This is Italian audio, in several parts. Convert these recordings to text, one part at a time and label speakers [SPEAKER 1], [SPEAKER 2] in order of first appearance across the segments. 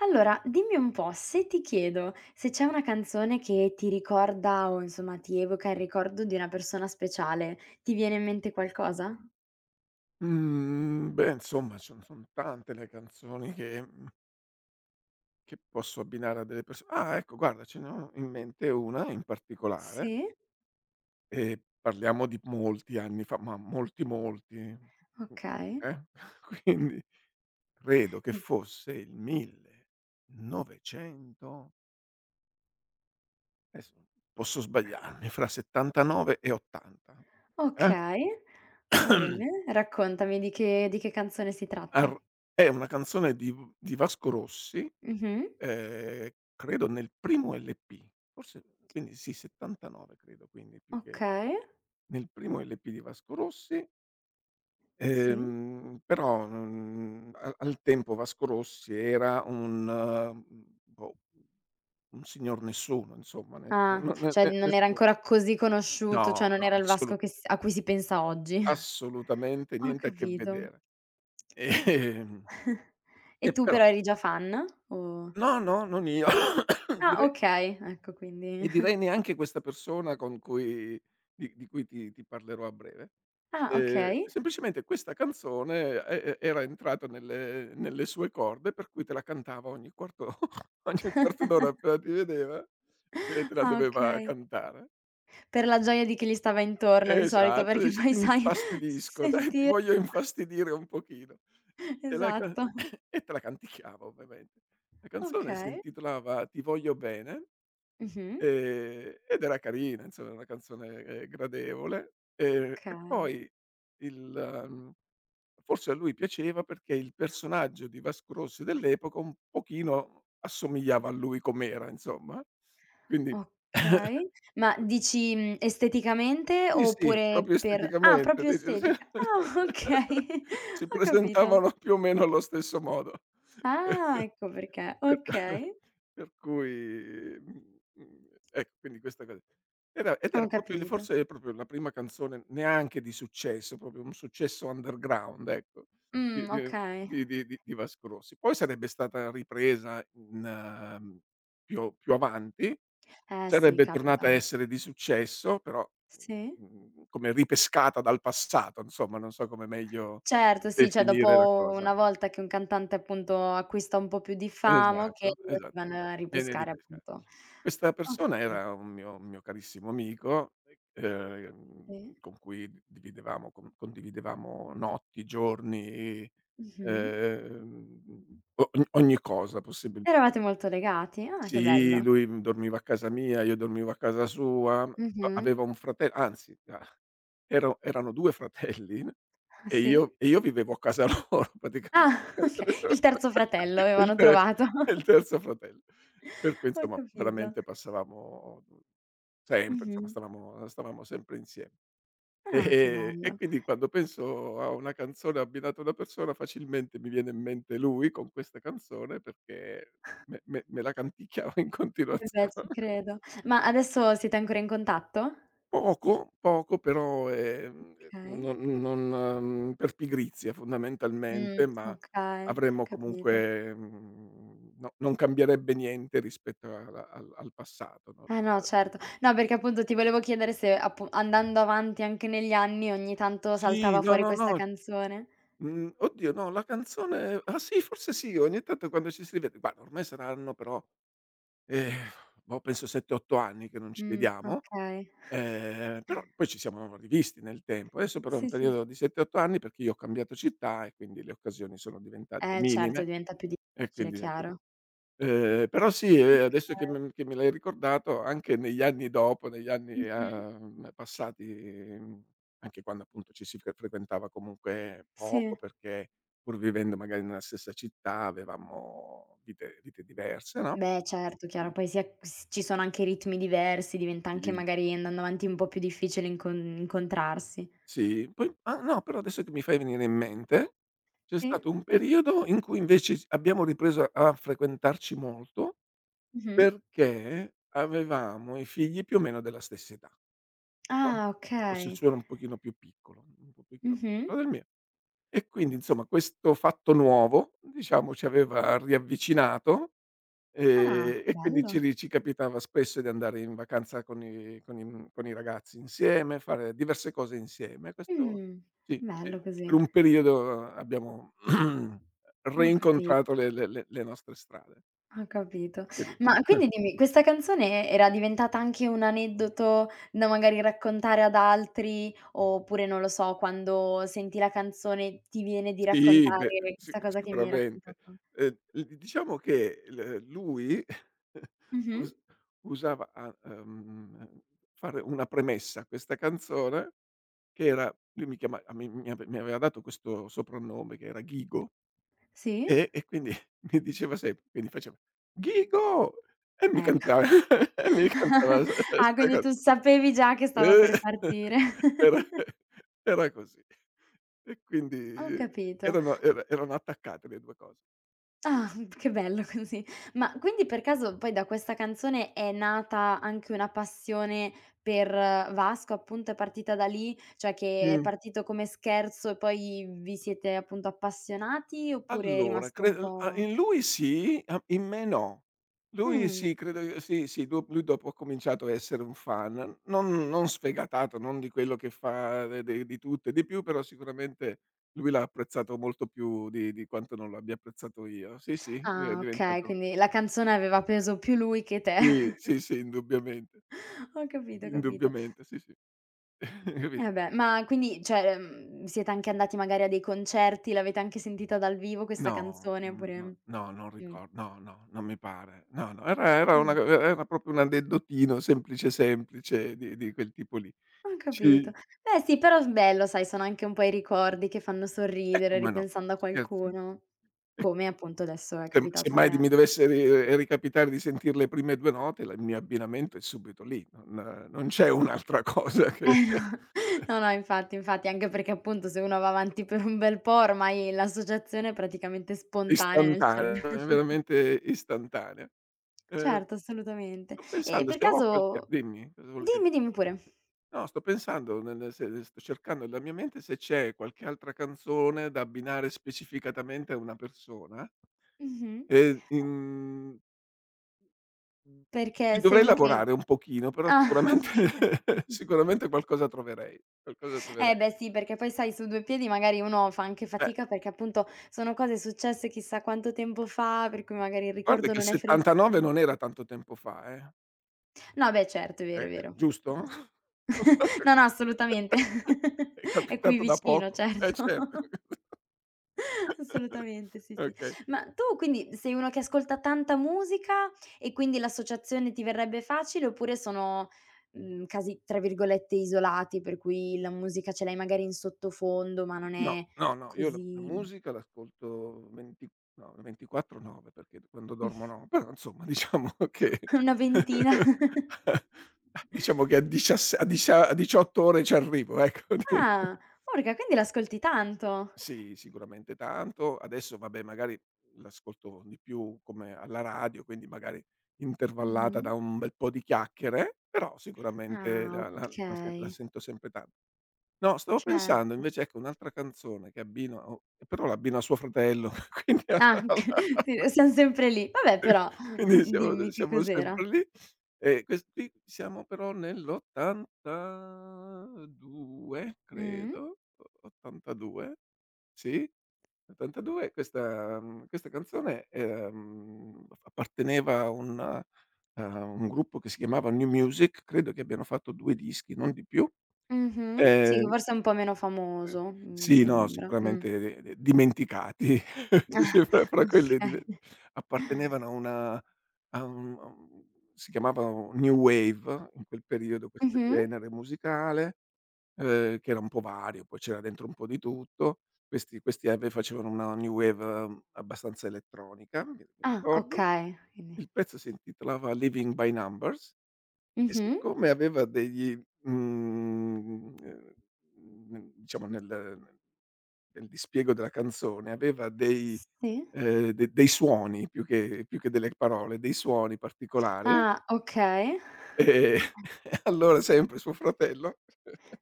[SPEAKER 1] Allora, dimmi un po', se ti chiedo se c'è una canzone che ti ricorda o insomma ti evoca il ricordo di una persona speciale, ti viene in mente qualcosa?
[SPEAKER 2] Mhmm, Beh, insomma ce ne son tante le canzoni che che posso abbinare a delle perso ah ecco, guarda, ce n'ho in mente una in particolare,
[SPEAKER 1] Sì.
[SPEAKER 2] e parliamo di molti anni fa, ma molti, molti,
[SPEAKER 1] Okay.
[SPEAKER 2] eh, quindi credo che
[SPEAKER 1] Sì.
[SPEAKER 2] fosse il 1900. Adesso posso sbagliarmi fra '79 e '80, eh,
[SPEAKER 1] Okay, va bene. Raccontami di che canzone si
[SPEAKER 2] ar
[SPEAKER 1] tratta.
[SPEAKER 2] è una canzone di Vasco Rossi.
[SPEAKER 1] Mh-mh.
[SPEAKER 2] Ehm, Credo nel primo LP, forse, quindi sì, 79 credo, quindi più che
[SPEAKER 1] Okay.
[SPEAKER 2] nel primo LP di Vasco Rossi,
[SPEAKER 1] Sì.
[SPEAKER 2] però, a al tempo Vasco Rossi era un, boh, un signor nessuno, insomma, nessu
[SPEAKER 1] Ah,
[SPEAKER 2] no ne
[SPEAKER 1] cioè
[SPEAKER 2] ne
[SPEAKER 1] non era
[SPEAKER 2] nessu
[SPEAKER 1] ancora così conosciuto,
[SPEAKER 2] no,
[SPEAKER 1] cioè non
[SPEAKER 2] no,
[SPEAKER 1] era il Vasco
[SPEAKER 2] assoluta
[SPEAKER 1] che s a cui si pensa oggi.
[SPEAKER 2] assolutamente
[SPEAKER 1] Ho
[SPEAKER 2] niente a che
[SPEAKER 1] capito.
[SPEAKER 2] vedere. Ehm,
[SPEAKER 1] E
[SPEAKER 2] e
[SPEAKER 1] tu
[SPEAKER 2] però
[SPEAKER 1] però eri già fan? O
[SPEAKER 2] no, no, non io,
[SPEAKER 1] ah, ah
[SPEAKER 2] direi.
[SPEAKER 1] okay, ecco quindi
[SPEAKER 2] E direi neanche questa persona con cui di cui ti parlerò a breve.
[SPEAKER 1] ah okay,
[SPEAKER 2] Semplicemente questa canzone era entrata nelle sue corde, per cui te la cantava ogni quarto ogni quarto d'ora appena ti vedeva, e te la
[SPEAKER 1] ah
[SPEAKER 2] doveva
[SPEAKER 1] okay.
[SPEAKER 2] cantare.
[SPEAKER 1] Per la gioia di chi gli stava intorno di solito,
[SPEAKER 2] Esatto,
[SPEAKER 1] perché
[SPEAKER 2] dice:
[SPEAKER 1] poi
[SPEAKER 2] "Ti
[SPEAKER 1] sai
[SPEAKER 2] infastidisco, dai, ti
[SPEAKER 1] sentire
[SPEAKER 2] voglio infastidire un pochino." E la ca
[SPEAKER 1] esatto.
[SPEAKER 2] E te la canticchiava ovviamente. La canzone si
[SPEAKER 1] Okay.
[SPEAKER 2] intitolava "Ti voglio bene".
[SPEAKER 1] Mh-mh.
[SPEAKER 2] Ed era carina, insomma, è una canzone, gradevole. E
[SPEAKER 1] Okay.
[SPEAKER 2] poi il mhmm, forse a lui piaceva perché il personaggio di Vasco Rossi dell'epoca un pochino assomigliava a lui com'era, insomma. Quindi
[SPEAKER 1] Okay, ma dici, esteticamente
[SPEAKER 2] sì, sì,
[SPEAKER 1] oppure
[SPEAKER 2] proprio
[SPEAKER 1] per ah,
[SPEAKER 2] esteticamente,
[SPEAKER 1] proprio
[SPEAKER 2] dici, sì.
[SPEAKER 1] estetica. Ah, okay,
[SPEAKER 2] Si
[SPEAKER 1] ho capito.
[SPEAKER 2] presentavano più o meno allo stesso modo.
[SPEAKER 1] Ah, ecco perché.
[SPEAKER 2] Per
[SPEAKER 1] Okay,
[SPEAKER 2] per cui, ecco, quindi questa cosa. Era
[SPEAKER 1] ho
[SPEAKER 2] proprio il
[SPEAKER 1] capito.
[SPEAKER 2] forse è proprio la prima canzone neanche di successo, proprio un successo underground, ecco, di di
[SPEAKER 1] Okay.
[SPEAKER 2] di Vasco Rossi. Poi sarebbe stata ripresa in più avanti.
[SPEAKER 1] Eh sì,
[SPEAKER 2] Sarebbe tornata
[SPEAKER 1] capita.
[SPEAKER 2] a essere di successo, però,
[SPEAKER 1] Sì?
[SPEAKER 2] come ripescata dal passato, insomma, non so come meglio
[SPEAKER 1] Certo, sì, cioè
[SPEAKER 2] definire la
[SPEAKER 1] dopo
[SPEAKER 2] cosa.
[SPEAKER 1] una volta che un cantante appunto acquista un po' più di fama, okay,
[SPEAKER 2] Esatto,
[SPEAKER 1] allora si
[SPEAKER 2] esatto.
[SPEAKER 1] vanno a
[SPEAKER 2] Viene
[SPEAKER 1] ripescare
[SPEAKER 2] ripesca
[SPEAKER 1] appunto.
[SPEAKER 2] Questa
[SPEAKER 1] Ho
[SPEAKER 2] persona
[SPEAKER 1] capito,
[SPEAKER 2] era un mio carissimo amico, ehm,
[SPEAKER 1] sì.
[SPEAKER 2] con cui dividevamo con condividevamo notti, giorni,
[SPEAKER 1] Mh-mh.
[SPEAKER 2] ehm, o ogni cosa possibil
[SPEAKER 1] Eravate molto legati? Ah, che
[SPEAKER 2] sì,
[SPEAKER 1] bello.
[SPEAKER 2] lui, dormiva a casa mia, io dormivo a casa sua, a
[SPEAKER 1] Mh-mh.
[SPEAKER 2] aveva un frate anzi, ah, ero, Erano 2 fratelli
[SPEAKER 1] Ah,
[SPEAKER 2] e io
[SPEAKER 1] sì?
[SPEAKER 2] e io vivevo a casa loro praticamente.
[SPEAKER 1] Ah, okay. Il terzo fratello
[SPEAKER 2] E il
[SPEAKER 1] avevano
[SPEAKER 2] te
[SPEAKER 1] trovato.
[SPEAKER 2] e il terzo fratello. Per cui,
[SPEAKER 1] Ho
[SPEAKER 2] insomma,
[SPEAKER 1] capito.
[SPEAKER 2] veramente passavamo, sempre, insomma,
[SPEAKER 1] Mh-mh.
[SPEAKER 2] stavamo sempre insieme.
[SPEAKER 1] Ah, che
[SPEAKER 2] E
[SPEAKER 1] bello.
[SPEAKER 2] quindi, quando penso a una canzone abbinata a una persona, facilmente mi viene in mente lui con questa canzone, perché me la canticchiava in
[SPEAKER 1] Eh beh,
[SPEAKER 2] continuazione.
[SPEAKER 1] ci credo. Ma adesso siete ancora in contatto?
[SPEAKER 2] Poco, poco, però,
[SPEAKER 1] Okay.
[SPEAKER 2] non non per pigrizia, fondamentalmente, ma
[SPEAKER 1] Okay,
[SPEAKER 2] avremmo
[SPEAKER 1] capito.
[SPEAKER 2] comunque, no, non cambierebbe niente rispetto alla al al passato, no,
[SPEAKER 1] Eh no, certo.
[SPEAKER 2] ehm, no.
[SPEAKER 1] No, perché appunto ti volevo chiedere se appu andando avanti anche negli anni ogni tanto
[SPEAKER 2] Sì,
[SPEAKER 1] saltava
[SPEAKER 2] no,
[SPEAKER 1] fuori
[SPEAKER 2] no,
[SPEAKER 1] questa
[SPEAKER 2] no.
[SPEAKER 1] canzone.
[SPEAKER 2] Mhmm, Oddio, no, la canzone ah sì, forse sì, ogni tanto quando ci si vede. Guarda, ormai saranno, però, ehm, boh, penso 7, 8 anni che non ci vediamo,
[SPEAKER 1] Okay.
[SPEAKER 2] però poi ci siamo rivisti nel tempo. Adesso però è un
[SPEAKER 1] Sì, sì, sì.
[SPEAKER 2] periodo di 7, 8 anni perché io ho cambiato città e quindi le occasioni sono diventate
[SPEAKER 1] Eh certo,
[SPEAKER 2] minime,
[SPEAKER 1] diventa più
[SPEAKER 2] e
[SPEAKER 1] difficile,
[SPEAKER 2] quindi niente.
[SPEAKER 1] chiaro.
[SPEAKER 2] Però sì,
[SPEAKER 1] Okay.
[SPEAKER 2] adesso che me l'hai ricordato, anche negli anni dopo, negli anni,
[SPEAKER 1] Mh-mh.
[SPEAKER 2] passati, anche quando, appunto, ci si frequentava comunque poco,
[SPEAKER 1] Sì.
[SPEAKER 2] perché pur vivendo magari nella stessa città avevamo vite diverse, no,
[SPEAKER 1] Beh certo, chiaro,
[SPEAKER 2] sì,
[SPEAKER 1] poi si ac s ci sono anche ritmi diversi, diventa anche
[SPEAKER 2] sì,
[SPEAKER 1] magari andando avanti un po' più difficile incontrarsi.
[SPEAKER 2] sì. Poi, no, però adesso che mi fai venire in mente, c'è
[SPEAKER 1] Sì.
[SPEAKER 2] stato un periodo in cui invece s abbiamo ripreso a frequentarci molto,
[SPEAKER 1] Mh-mh.
[SPEAKER 2] perché avevamo i figli più o meno della stessa età. No,
[SPEAKER 1] Ah
[SPEAKER 2] forse il
[SPEAKER 1] okay.
[SPEAKER 2] suo era un pochino più piccolo, un pochino più
[SPEAKER 1] Mh-mh.
[SPEAKER 2] piccolo del mio. E quindi, insomma, questo fatto nuovo, diciamo, ci aveva riavvicinato,
[SPEAKER 1] Ah,
[SPEAKER 2] e quindi
[SPEAKER 1] bello.
[SPEAKER 2] ci capitava spesso di andare in vacanza con i ragazzi insieme, fare diverse cose insieme. Questo
[SPEAKER 1] Mh,
[SPEAKER 2] sì, sì,
[SPEAKER 1] bello così.
[SPEAKER 2] per un periodo abbiamo
[SPEAKER 1] Ho capi
[SPEAKER 2] reincontrato le nostre strade.
[SPEAKER 1] ho capito.
[SPEAKER 2] Capito?
[SPEAKER 1] Ma quindi dimmi, questa canzone era diventata anche un aneddoto da magari raccontare ad altri, oppure non lo so, quando senti la canzone ti viene di
[SPEAKER 2] Sì,
[SPEAKER 1] raccontare
[SPEAKER 2] beh,
[SPEAKER 1] questa cosa che mi hai
[SPEAKER 2] sicuramente.
[SPEAKER 1] raccontato?
[SPEAKER 2] L Diciamo che l lui
[SPEAKER 1] Mh-mh.
[SPEAKER 2] us usava a fare una premessa a questa canzone, che era, lui mi chiama a mi mi ave mi aveva dato questo soprannome che era Ghigo.
[SPEAKER 1] Sì?
[SPEAKER 2] E quindi mi diceva sempre, quindi faceva: "Ghigo!" E mi
[SPEAKER 1] Ecco.
[SPEAKER 2] cantava e mi cantava s
[SPEAKER 1] Ah,
[SPEAKER 2] sta
[SPEAKER 1] quindi tu
[SPEAKER 2] canzo
[SPEAKER 1] sapevi già che stava
[SPEAKER 2] Eh,
[SPEAKER 1] per partire.
[SPEAKER 2] era era così. E
[SPEAKER 1] Ho
[SPEAKER 2] quindi
[SPEAKER 1] capito.
[SPEAKER 2] erano attaccate le 2 cose. Mh.
[SPEAKER 1] Ah, che bello così. Ma quindi per caso poi da questa canzone è nata anche una passione per Vasco, appunto, è partita da lì? Cioè che è
[SPEAKER 2] Mh.
[SPEAKER 1] partito come scherzo e poi vi siete appunto appassionati oppure è
[SPEAKER 2] Allora
[SPEAKER 1] rimasto
[SPEAKER 2] cre
[SPEAKER 1] un
[SPEAKER 2] a
[SPEAKER 1] po'
[SPEAKER 2] in lui sì, a in me no. Lui
[SPEAKER 1] mh.
[SPEAKER 2] sì, credo che sì, sì, do lui dopo ha cominciato a essere un fan, non non sfegatato, non di quello che fa de de di tutto e di più, però sicuramente lui l'ha apprezzato molto più di quanto non lo abbia apprezzato io. Sì, sì, io è
[SPEAKER 1] Ah, okay,
[SPEAKER 2] diventato
[SPEAKER 1] quindi la canzone aveva peso più lui che te.
[SPEAKER 2] sì, sì, sì, indubbiamente,
[SPEAKER 1] Ho capito, ho capito.
[SPEAKER 2] indubbiamente, sì, sì,
[SPEAKER 1] Eh
[SPEAKER 2] capito?
[SPEAKER 1] beh, ma quindi cioè, siete anche andati magari a dei concerti, l'avete anche sentita dal vivo questa
[SPEAKER 2] No,
[SPEAKER 1] canzone
[SPEAKER 2] non no
[SPEAKER 1] oppure
[SPEAKER 2] no, non
[SPEAKER 1] Mh.
[SPEAKER 2] ricor no, no, non mi pare. No, no, era una e
[SPEAKER 1] Mh,
[SPEAKER 2] era proprio un addettotino semplice, semplice, di quel tipo lì.
[SPEAKER 1] ho
[SPEAKER 2] Ci
[SPEAKER 1] capito. Beh sì, però s bello sai, sono anche un po' i ricordi che fanno
[SPEAKER 2] E
[SPEAKER 1] sorridere
[SPEAKER 2] come no,
[SPEAKER 1] ripensando a
[SPEAKER 2] scherzi?
[SPEAKER 1] qualcuno,
[SPEAKER 2] E
[SPEAKER 1] come appunto adesso è
[SPEAKER 2] se
[SPEAKER 1] capitato a
[SPEAKER 2] mai
[SPEAKER 1] te.
[SPEAKER 2] mi dovesse ri ricapitare di sentir le prime 2 note, la il mio abbinamento è subito lì, non non c'è un'altra cosa che
[SPEAKER 1] Eh no, no, no, infatti, infatti, anche perché appunto se uno va avanti per un bel po' ormai l'associazione è praticamente spontanea nel
[SPEAKER 2] istantanea,
[SPEAKER 1] cervello.
[SPEAKER 2] è veramente istantanea. Ehm,
[SPEAKER 1] Certo, assolutamente.
[SPEAKER 2] Sto
[SPEAKER 1] E
[SPEAKER 2] pensando
[SPEAKER 1] per
[SPEAKER 2] se ho qualche,
[SPEAKER 1] caso
[SPEAKER 2] dimmi, cosa volevi?
[SPEAKER 1] dimmi, dimmi pure.
[SPEAKER 2] No, sto pensando nel nel se sto cercando nella mia mente se c'è qualche altra canzone da abbinare specificatamente a una persona,
[SPEAKER 1] Mh-mh.
[SPEAKER 2] ehm,
[SPEAKER 1] Eh,
[SPEAKER 2] in mhmm, ci
[SPEAKER 1] perché sei
[SPEAKER 2] dovrei
[SPEAKER 1] uno che
[SPEAKER 2] lavorare un pochino, però
[SPEAKER 1] ah,
[SPEAKER 2] sicuramente
[SPEAKER 1] okay.
[SPEAKER 2] sicuramente qualcosa troverei, qualcosa
[SPEAKER 1] Eh
[SPEAKER 2] troverei.
[SPEAKER 1] beh sì, perché poi sai su 2 piedi magari uno fa anche
[SPEAKER 2] Eh,
[SPEAKER 1] fatica, perché appunto sono cose successe chissà quanto tempo fa, per cui magari il
[SPEAKER 2] guarda
[SPEAKER 1] ricordo
[SPEAKER 2] che il
[SPEAKER 1] non è
[SPEAKER 2] '79
[SPEAKER 1] freschi
[SPEAKER 2] non era tanto tempo fa, eh.
[SPEAKER 1] no beh certo, è vero,
[SPEAKER 2] Eh.
[SPEAKER 1] è vero.
[SPEAKER 2] Giusto?
[SPEAKER 1] Quello sì. No, no assolutamente.
[SPEAKER 2] È
[SPEAKER 1] È qui
[SPEAKER 2] capitato da
[SPEAKER 1] vicino,
[SPEAKER 2] poco. Eh,
[SPEAKER 1] certo.
[SPEAKER 2] certo.
[SPEAKER 1] Assolutamente, sì, sì.
[SPEAKER 2] Okay.
[SPEAKER 1] Ma tu quindi sei uno che ascolta tanta musica e quindi l'associazione ti verrebbe facile oppure sono, casi tra virgolette "isolati", per cui la musica ce l'hai magari in sottofondo, ma non
[SPEAKER 2] No,
[SPEAKER 1] è
[SPEAKER 2] no, no, io la
[SPEAKER 1] così
[SPEAKER 2] musica l'ascolto venti no, 24/9, perché quando dormo no, però insomma, diciamo, che
[SPEAKER 1] una ventina.
[SPEAKER 2] diciamo che a diciasse a discia a 18 ore ci arrivo, ecco, di
[SPEAKER 1] Ah, urca, quindi l'ascolti tanto.
[SPEAKER 2] sì, sicuramente tanto. Adesso, vabbè, magari l'ascolto di più come alla radio, quindi magari intervallata da
[SPEAKER 1] Mh-mh.
[SPEAKER 2] un bel po' di chiacchiere, però sicuramente
[SPEAKER 1] Ah,
[SPEAKER 2] la la la se la
[SPEAKER 1] okay,
[SPEAKER 2] sento sempre tan. No, stavo pensando
[SPEAKER 1] certo.
[SPEAKER 2] invece, ecco, un'altra canzone che abbino o però l'abbino a suo fratello, quindi
[SPEAKER 1] Ah, sì, siam sempre lì. Vabbè però
[SPEAKER 2] quindi siamo
[SPEAKER 1] dimmi che
[SPEAKER 2] siamo
[SPEAKER 1] cos'era.
[SPEAKER 2] sempre lì. E ques qui siamo però nell'82,
[SPEAKER 1] Mh.
[SPEAKER 2] credo, o 82, sì, 82. Questa canzone, apparteneva a un gruppo che si chiamava New Music, credo che abbiano fatto 2 dischi, non di più.
[SPEAKER 1] Mh-mh. Sì, che
[SPEAKER 2] Ehm
[SPEAKER 1] forse è un po' meno famoso, mi
[SPEAKER 2] Sì, no,
[SPEAKER 1] sembra. Mh.
[SPEAKER 2] sicuramente de de dimenticati, dice
[SPEAKER 1] Ah,
[SPEAKER 2] fra quelle dive
[SPEAKER 1] okay.
[SPEAKER 2] appartenevano a un, si chiamava new wave in quel periodo questo
[SPEAKER 1] Mh-mh.
[SPEAKER 2] genere musicale, che era un po' vario, poi c'era dentro un po' di tutto. Questi questi ave facevano una new wave, abbastanza elettronica, mi mi
[SPEAKER 1] Ah,
[SPEAKER 2] ricordo.
[SPEAKER 1] okay, quindi
[SPEAKER 2] Il pezzo si intitolava "Living by numbers". E
[SPEAKER 1] mh-mh.
[SPEAKER 2] siccome aveva degli, mhmm, ehm, diciamo nel dispiego della canzone aveva dei
[SPEAKER 1] Sì.
[SPEAKER 2] ehm, de dei suoni, più che delle parole, dei suoni particolari,
[SPEAKER 1] Ah, okay.
[SPEAKER 2] e e allora sempre suo fratello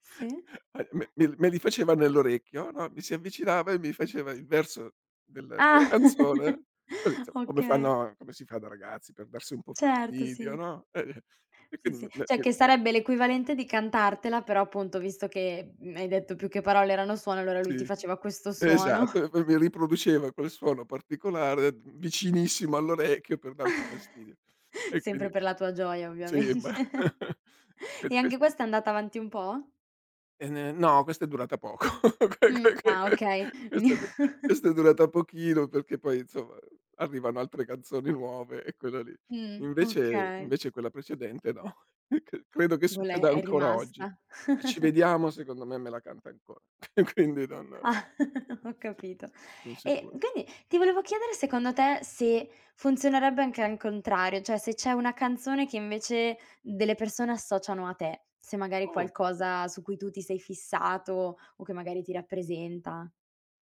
[SPEAKER 1] Sì.
[SPEAKER 2] a me li faceva nell'orecchio, no, mi si avvicinava e mi faceva il verso della
[SPEAKER 1] Ah,
[SPEAKER 2] canzone, così, insomma,
[SPEAKER 1] okay.
[SPEAKER 2] come si fa da ragazzi per darsi un po'
[SPEAKER 1] Certo,
[SPEAKER 2] fastidio,
[SPEAKER 1] sì.
[SPEAKER 2] no,
[SPEAKER 1] Sì, sì.
[SPEAKER 2] quindi me
[SPEAKER 1] Cioè
[SPEAKER 2] me
[SPEAKER 1] che sarebbe l'equivalente di cantartela, però appunto visto che, hai detto più che parole erano suono, allora lui ti
[SPEAKER 2] Sì,
[SPEAKER 1] faceva questo suono,
[SPEAKER 2] esatto, e poi mi riproduceva quel suono particolare vicinissimo all'orecchio per darti fastidio. E quindi
[SPEAKER 1] sempre per la tua gioia
[SPEAKER 2] sì,
[SPEAKER 1] ovviamente.
[SPEAKER 2] ma
[SPEAKER 1] E
[SPEAKER 2] quindi ques
[SPEAKER 1] anche questa è andata avanti un po'?
[SPEAKER 2] e ne no, questa è durata poco. Que que
[SPEAKER 1] Mh.
[SPEAKER 2] que
[SPEAKER 1] Ah,
[SPEAKER 2] que
[SPEAKER 1] okay.
[SPEAKER 2] questa è du Questa è durata pochino perché poi, insomma, arrivano altre canzoni nuove e quella lì. Invece
[SPEAKER 1] Okay.
[SPEAKER 2] invece quella precedente no. C Credo che
[SPEAKER 1] Gole
[SPEAKER 2] succeda
[SPEAKER 1] è
[SPEAKER 2] ancora oggi.
[SPEAKER 1] rimasta.
[SPEAKER 2] Se ci vediamo, secondo me me la canta ancora. Quindi non
[SPEAKER 1] Ho capito.
[SPEAKER 2] son
[SPEAKER 1] E
[SPEAKER 2] sicuro.
[SPEAKER 1] quindi ti volevo chiedere secondo te se funzionerebbe anche al contrario, cioè se c'è una canzone che invece delle persone associano a te, se magari
[SPEAKER 2] Oh,
[SPEAKER 1] qualcosa su cui tu ti sei fissato o che magari ti rappresenta.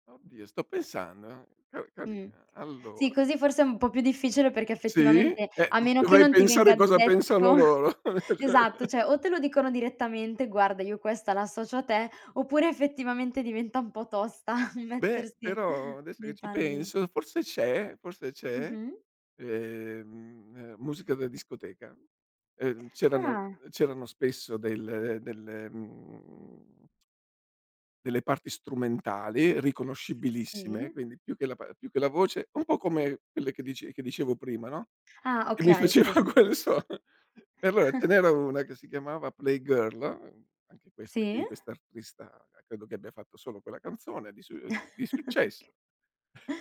[SPEAKER 2] oddio, sto pensando, ca
[SPEAKER 1] Mh.
[SPEAKER 2] carina.
[SPEAKER 1] Sì,
[SPEAKER 2] Allora
[SPEAKER 1] così forse è un po' più difficile perché
[SPEAKER 2] sì?
[SPEAKER 1] effettivamente a
[SPEAKER 2] Dov
[SPEAKER 1] meno che
[SPEAKER 2] dovrei
[SPEAKER 1] non ti
[SPEAKER 2] pensare
[SPEAKER 1] venga
[SPEAKER 2] cosa pensano
[SPEAKER 1] detto
[SPEAKER 2] loro. Cioè.
[SPEAKER 1] esatto, cioè o te lo dicono direttamente: "Guarda io questa la associo a te", oppure effettivamente diventa un po' tosta
[SPEAKER 2] Beh,
[SPEAKER 1] mettersi
[SPEAKER 2] però adesso che
[SPEAKER 1] nei
[SPEAKER 2] ci
[SPEAKER 1] panni
[SPEAKER 2] penso, forse c'è,
[SPEAKER 1] mh-mh.
[SPEAKER 2] musica da discoteca. Ehm, c'erano
[SPEAKER 1] Ah,
[SPEAKER 2] c'erano spesso delle parti strumentali
[SPEAKER 1] sì.
[SPEAKER 2] riconoscibilissime, quindi più che la voce, un po' come quelle che dicevo prima, no,
[SPEAKER 1] Ah,
[SPEAKER 2] che mi
[SPEAKER 1] okay,
[SPEAKER 2] faceva
[SPEAKER 1] sì, sì.
[SPEAKER 2] quel suono. E allora ce n'era una che si chiamava Playgirl, anche questa
[SPEAKER 1] Sì?
[SPEAKER 2] qui, quest'artista credo che abbia fatto solo quella canzone di successo.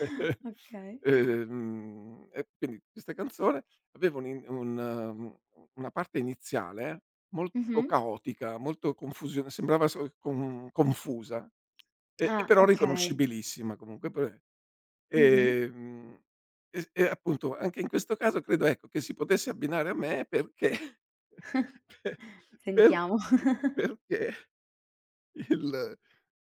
[SPEAKER 1] Okay.
[SPEAKER 2] E quindi questa canzone aveva un in un mhmm, una parte iniziale molto
[SPEAKER 1] Mh-mh.
[SPEAKER 2] caotica, molto confusio sembrava so con confusa, e
[SPEAKER 1] Ah,
[SPEAKER 2] però
[SPEAKER 1] okay.
[SPEAKER 2] riconoscibilissima comunque pe
[SPEAKER 1] Mh-mh.
[SPEAKER 2] ehm, e s e appunto anche in questo caso credo, ecco, che si potesse abbinare a me perché per
[SPEAKER 1] Sentiamo.
[SPEAKER 2] perché il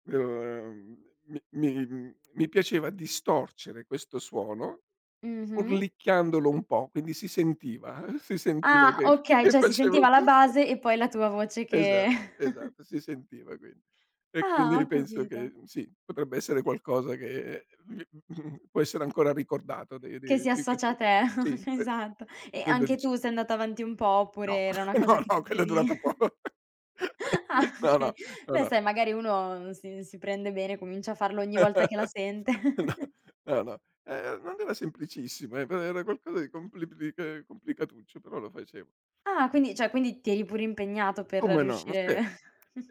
[SPEAKER 2] ehm, mi piaceva distorcere questo suono,
[SPEAKER 1] Mh-mh.
[SPEAKER 2] urlicchiandolo un po', quindi si sentiva, si sentiva
[SPEAKER 1] Ah,
[SPEAKER 2] che
[SPEAKER 1] okay,
[SPEAKER 2] che
[SPEAKER 1] cioè si
[SPEAKER 2] facevo
[SPEAKER 1] sentiva la
[SPEAKER 2] questo.
[SPEAKER 1] base e poi la tua voce che
[SPEAKER 2] Esatto, esatto, si sentiva quindi. E
[SPEAKER 1] ah,
[SPEAKER 2] quindi
[SPEAKER 1] ho
[SPEAKER 2] penso che,
[SPEAKER 1] capito,
[SPEAKER 2] sì, potrebbe essere qualcosa che può essere ancora ricordato de
[SPEAKER 1] che
[SPEAKER 2] de
[SPEAKER 1] si
[SPEAKER 2] di quel.
[SPEAKER 1] associa a te.
[SPEAKER 2] Sì,
[SPEAKER 1] Esatto. E
[SPEAKER 2] credo di
[SPEAKER 1] anche
[SPEAKER 2] sì.
[SPEAKER 1] tu sei andata avanti un po' oppure
[SPEAKER 2] No,
[SPEAKER 1] era una cosa
[SPEAKER 2] no,
[SPEAKER 1] che
[SPEAKER 2] no, quello è
[SPEAKER 1] facevi
[SPEAKER 2] durato poco.
[SPEAKER 1] ah,
[SPEAKER 2] No,
[SPEAKER 1] okay.
[SPEAKER 2] no, no,
[SPEAKER 1] Beh,
[SPEAKER 2] no.
[SPEAKER 1] sai magari uno si prende bene, comincia a farlo ogni volta che la sente.
[SPEAKER 2] No, no, no. Non era semplicissimo, però era qualcosa di compli di che complicatuccio, però lo facevo.
[SPEAKER 1] Ah, quindi cioè quindi ti eri pure impegnato per
[SPEAKER 2] Come no, ma
[SPEAKER 1] riuscire
[SPEAKER 2] scherzi.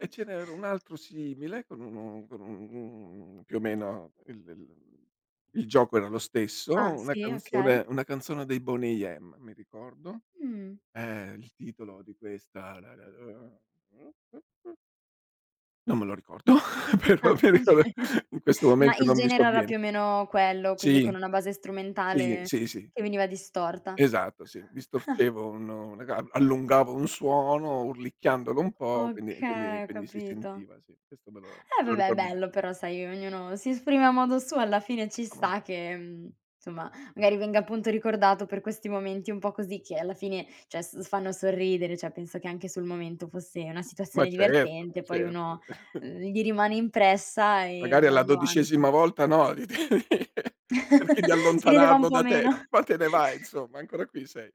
[SPEAKER 2] E ce n'era un altro simile, con uno, con un più o meno il gioco era lo stesso,
[SPEAKER 1] ah, sì, okay.
[SPEAKER 2] una canzone dei Boney M, mi ricordo.
[SPEAKER 1] Mh.
[SPEAKER 2] Il titolo di questa non me lo ricordo, però
[SPEAKER 1] Ah,
[SPEAKER 2] mi ricordo
[SPEAKER 1] okay.
[SPEAKER 2] in questo
[SPEAKER 1] Ma
[SPEAKER 2] momento
[SPEAKER 1] il
[SPEAKER 2] non mi
[SPEAKER 1] genere era
[SPEAKER 2] sovviene.
[SPEAKER 1] più o meno quello, quindi
[SPEAKER 2] Sì,
[SPEAKER 1] con una base
[SPEAKER 2] sì,
[SPEAKER 1] strumentale
[SPEAKER 2] sì, sì.
[SPEAKER 1] che veniva distorta.
[SPEAKER 2] Esatto, sì, distorcevo un una ca allungavo un suono urlicchiandolo un po', quindi
[SPEAKER 1] Okay, ho
[SPEAKER 2] si
[SPEAKER 1] capito.
[SPEAKER 2] sentiva, sì. Questo me
[SPEAKER 1] Eh
[SPEAKER 2] lo
[SPEAKER 1] vabbè,
[SPEAKER 2] ricordo bene.
[SPEAKER 1] bello però sai, ognuno si esprime a modo suo, alla fine ci
[SPEAKER 2] Ah, ma
[SPEAKER 1] sta che, insomma, magari venga appunto ricordato per questi momenti un po' così che alla fine, cioè, s fanno sorridere, cioè penso che anche sul momento fosse una situazione
[SPEAKER 2] certo, ma
[SPEAKER 1] divertente, poi
[SPEAKER 2] certo.
[SPEAKER 1] uno, gli rimane impressa e
[SPEAKER 2] Magari alla
[SPEAKER 1] andando avanti.
[SPEAKER 2] 12ª volta no, di di cerchi di
[SPEAKER 1] Si rideva un
[SPEAKER 2] allontanarlo
[SPEAKER 1] po'
[SPEAKER 2] da te,
[SPEAKER 1] meno.
[SPEAKER 2] ma te ne vai, insomma, ancora qui sei.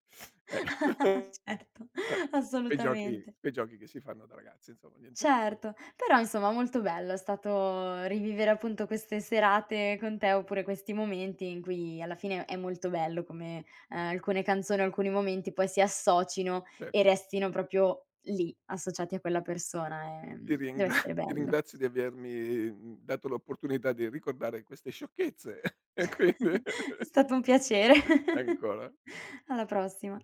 [SPEAKER 2] Eh.
[SPEAKER 1] Certo,
[SPEAKER 2] Eh,
[SPEAKER 1] assolutamente.
[SPEAKER 2] quei giochi che si fanno da ragazzi, insomma, niente
[SPEAKER 1] Certo, però insomma molto bello è stato rivivere appunto queste serate con te, oppure questi momenti in cui alla fine è molto bello come, alcune canzoni, alcuni momenti poi si associno
[SPEAKER 2] ce
[SPEAKER 1] e restino proprio lì, associati a quella persona,
[SPEAKER 2] Ti
[SPEAKER 1] deve
[SPEAKER 2] ringra
[SPEAKER 1] essere
[SPEAKER 2] ti
[SPEAKER 1] bello.
[SPEAKER 2] ringrazio di avermi, dato l'opportunità di ricordare queste sciocchezze e quindi
[SPEAKER 1] È stato un piacere.
[SPEAKER 2] ancora.
[SPEAKER 1] Alla prossima.